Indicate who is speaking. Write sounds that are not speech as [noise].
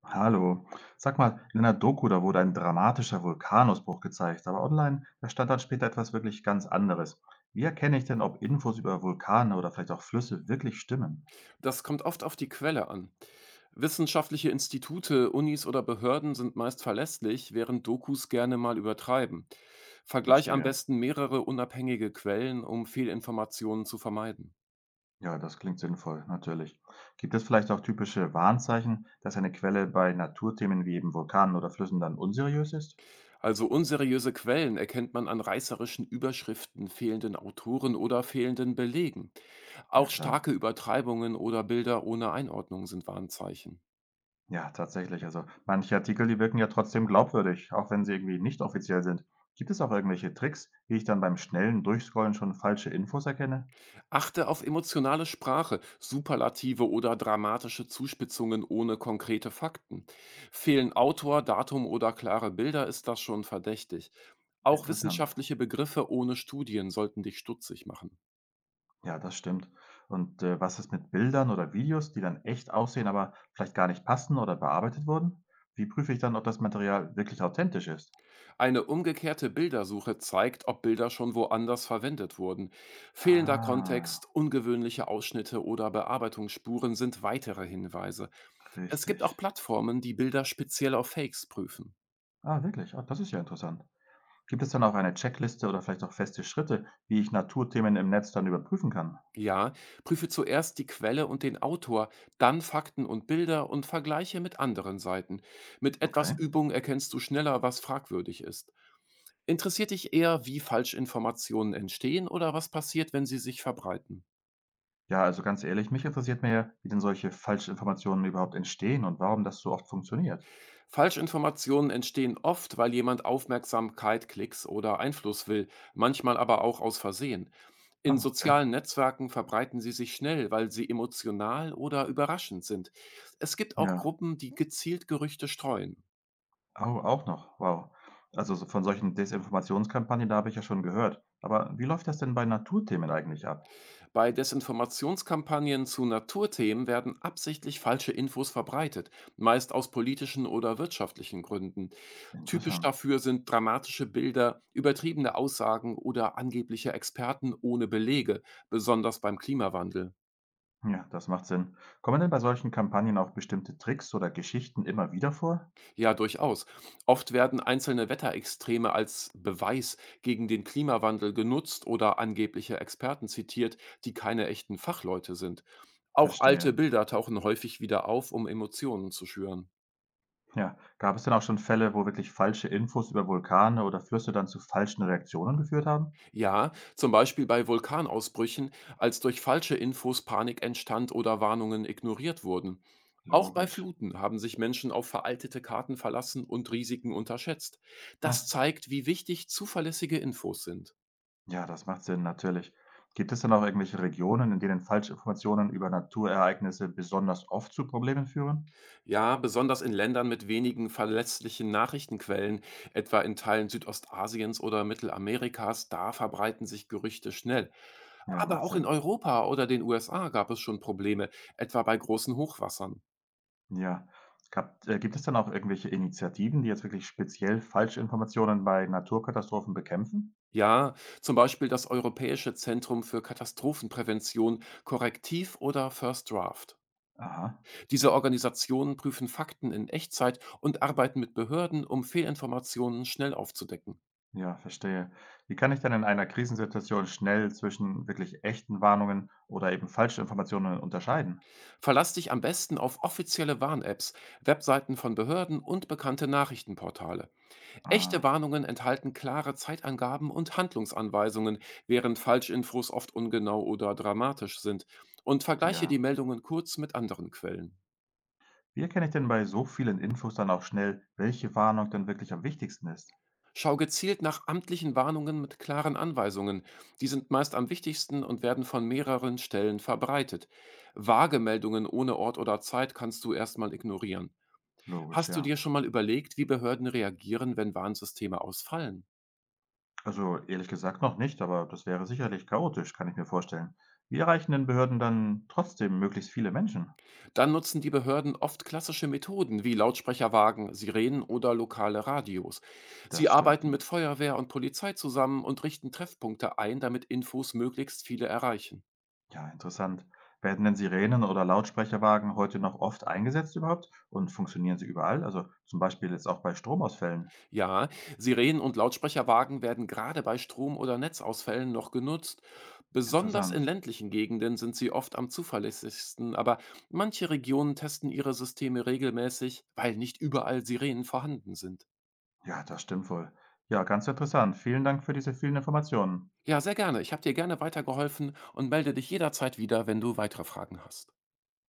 Speaker 1: Hallo. Sag mal, in einer Doku, da wurde ein dramatischer Vulkanausbruch gezeigt, aber online, da stand dann später etwas wirklich ganz anderes. Wie erkenne ich denn, ob Infos über Vulkane oder vielleicht auch Flüsse wirklich stimmen?
Speaker 2: Das kommt oft auf die Quelle an. Wissenschaftliche Institute, Unis oder Behörden sind meist verlässlich, während Dokus gerne mal übertreiben. Vergleich am
Speaker 1: Verstehe.
Speaker 2: besten mehrere unabhängige Quellen, um Fehlinformationen zu vermeiden.
Speaker 1: Ja, das klingt sinnvoll, natürlich. Gibt es vielleicht auch typische Warnzeichen, dass eine Quelle bei Naturthemen wie eben Vulkanen oder Flüssen dann unseriös ist?
Speaker 2: Also unseriöse Quellen erkennt man an reißerischen Überschriften, fehlenden Autoren oder fehlenden Belegen.
Speaker 1: Ja,
Speaker 2: Auch
Speaker 1: klar.
Speaker 2: starke Übertreibungen oder Bilder ohne Einordnung sind Warnzeichen.
Speaker 1: Ja, tatsächlich. Also manche Artikel, die wirken ja trotzdem glaubwürdig, auch wenn sie irgendwie nicht offiziell sind. Gibt es auch irgendwelche Tricks, wie ich dann beim schnellen Durchscrollen schon falsche Infos erkenne?
Speaker 2: Achte auf emotionale Sprache, Superlative oder dramatische Zuspitzungen ohne konkrete Fakten. Fehlen Autor, Datum oder klare Bilder, ist das schon verdächtig. Auch
Speaker 1: Interessant.
Speaker 2: wissenschaftliche Begriffe ohne Studien sollten dich stutzig machen.
Speaker 1: Ja, das stimmt. Und was ist mit Bildern oder Videos, die dann echt aussehen, aber vielleicht gar nicht passen oder bearbeitet wurden? Wie prüfe ich dann, ob das Material wirklich authentisch ist?
Speaker 2: Eine umgekehrte Bildersuche zeigt, ob Bilder schon woanders verwendet wurden. Fehlender
Speaker 1: Ah,
Speaker 2: Kontext, ungewöhnliche Ausschnitte oder Bearbeitungsspuren sind weitere Hinweise. Es gibt
Speaker 1: richtig.
Speaker 2: auch Plattformen, die Bilder speziell auf Fakes prüfen.
Speaker 1: Ah, wirklich. Ah, das ist ja interessant. Gibt es dann auch eine Checkliste oder vielleicht auch feste Schritte, wie ich Naturthemen im Netz dann überprüfen kann?
Speaker 2: Ja, prüfe zuerst die Quelle und den Autor, dann Fakten und Bilder und vergleiche mit anderen Seiten. Mit etwas
Speaker 1: Okay.
Speaker 2: Übung erkennst du schneller, was fragwürdig ist. Interessiert dich eher, wie Falschinformationen entstehen oder was passiert, wenn sie sich verbreiten?
Speaker 1: Ja, also ganz ehrlich, mich interessiert mehr, wie denn solche Falschinformationen überhaupt entstehen und warum das so oft funktioniert.
Speaker 2: Falschinformationen entstehen oft, weil jemand Aufmerksamkeit, Klicks oder Einfluss will, manchmal aber auch aus Versehen. In
Speaker 1: Ah, okay.
Speaker 2: sozialen Netzwerken verbreiten sie sich schnell, weil sie emotional oder überraschend sind. Es gibt auch
Speaker 1: Ja.
Speaker 2: Gruppen, die gezielt Gerüchte streuen.
Speaker 1: Oh, auch noch. Wow. Also so von solchen Desinformationskampagnen, da habe ich ja schon gehört. Aber wie läuft das denn bei Naturthemen eigentlich ab?
Speaker 2: Bei Desinformationskampagnen zu Naturthemen werden absichtlich falsche Infos verbreitet, meist aus politischen oder wirtschaftlichen Gründen. Typisch
Speaker 1: Interessant.
Speaker 2: dafür sind dramatische Bilder, übertriebene Aussagen oder angebliche Experten ohne Belege, besonders beim Klimawandel.
Speaker 1: Ja, das macht Sinn. Kommen denn bei solchen Kampagnen auch bestimmte Tricks oder Geschichten immer wieder vor?
Speaker 2: Ja, durchaus. Oft werden einzelne Wetterextreme als Beweis gegen den Klimawandel genutzt oder angebliche Experten zitiert, die keine echten Fachleute sind. Auch
Speaker 1: Verstehe.
Speaker 2: alte Bilder tauchen häufig wieder auf, um Emotionen zu schüren.
Speaker 1: Ja, gab es denn auch schon Fälle, wo wirklich falsche Infos über Vulkane oder Flüsse dann zu falschen Reaktionen geführt haben?
Speaker 2: Ja, zum Beispiel bei Vulkanausbrüchen, als durch falsche Infos Panik entstand oder Warnungen ignoriert wurden. Auch bei
Speaker 1: Logisch.
Speaker 2: Fluten haben sich Menschen auf veraltete Karten verlassen und Risiken unterschätzt. Das
Speaker 1: [laughs]
Speaker 2: zeigt, wie wichtig zuverlässige Infos sind.
Speaker 1: Ja, das macht Sinn, natürlich. Gibt es denn auch irgendwelche Regionen, in denen Falschinformationen über Naturereignisse besonders oft zu Problemen führen?
Speaker 2: Ja, besonders in Ländern mit wenigen verlässlichen Nachrichtenquellen, etwa in Teilen Südostasiens oder Mittelamerikas, da verbreiten sich Gerüchte schnell.
Speaker 1: Ja,
Speaker 2: Aber
Speaker 1: macht
Speaker 2: auch in
Speaker 1: Sinn.
Speaker 2: Europa oder den USA gab es schon Probleme, etwa bei großen Hochwassern.
Speaker 1: Ja. Gibt es dann auch irgendwelche Initiativen, die jetzt wirklich speziell Falschinformationen bei Naturkatastrophen bekämpfen?
Speaker 2: Ja, zum Beispiel das Europäische Zentrum für Katastrophenprävention, Korrektiv oder First Draft.
Speaker 1: Aha,
Speaker 2: Diese Organisationen prüfen Fakten in Echtzeit und arbeiten mit Behörden, um Fehlinformationen schnell aufzudecken.
Speaker 1: ja, verstehe. Wie kann ich dann in einer Krisensituation schnell zwischen wirklich echten Warnungen oder eben Falschinformationen unterscheiden?
Speaker 2: Verlass dich am besten auf offizielle Warn-Apps, Webseiten von Behörden und bekannte Nachrichtenportale. Echte
Speaker 1: Ah,
Speaker 2: Warnungen enthalten klare Zeitangaben und Handlungsanweisungen, während Falschinfos oft ungenau oder dramatisch sind. Und vergleiche die
Speaker 1: ja.
Speaker 2: Meldungen kurz mit anderen Quellen.
Speaker 1: Wie erkenne ich denn bei so vielen Infos dann auch schnell, welche Warnung denn wirklich am wichtigsten ist?
Speaker 2: Schau gezielt nach amtlichen Warnungen mit klaren Anweisungen. Die sind meist am wichtigsten und werden von mehreren Stellen verbreitet. Vage Meldungen ohne Ort oder Zeit kannst du erstmal ignorieren.
Speaker 1: Logisch,
Speaker 2: Hast du
Speaker 1: ja.
Speaker 2: dir schon mal überlegt, wie Behörden reagieren, wenn Warnsysteme ausfallen?
Speaker 1: Also ehrlich gesagt noch nicht, aber das wäre sicherlich chaotisch, kann ich mir vorstellen. Wie erreichen denn Behörden dann trotzdem möglichst viele Menschen?
Speaker 2: Dann nutzen die Behörden oft klassische Methoden wie Lautsprecherwagen, Sirenen oder lokale Radios. Sie
Speaker 1: Das stimmt.
Speaker 2: arbeiten mit Feuerwehr und Polizei zusammen und richten Treffpunkte ein, damit Infos möglichst viele erreichen.
Speaker 1: Ja, interessant. Werden denn Sirenen oder Lautsprecherwagen heute noch oft eingesetzt überhaupt? Und funktionieren sie überall? Also zum Beispiel jetzt auch bei Stromausfällen.
Speaker 2: Ja, Sirenen und Lautsprecherwagen werden gerade bei Strom- oder Netzausfällen noch genutzt. Besonders
Speaker 1: Interessant.
Speaker 2: in ländlichen Gegenden sind sie oft am zuverlässigsten, aber manche Regionen testen ihre Systeme regelmäßig, weil nicht überall Sirenen vorhanden sind.
Speaker 1: Ja, das stimmt wohl. Ja, ganz interessant. Vielen Dank für diese vielen Informationen.
Speaker 2: Ja, sehr gerne. Ich habe dir gerne weitergeholfen und melde dich jederzeit wieder, wenn du weitere Fragen hast.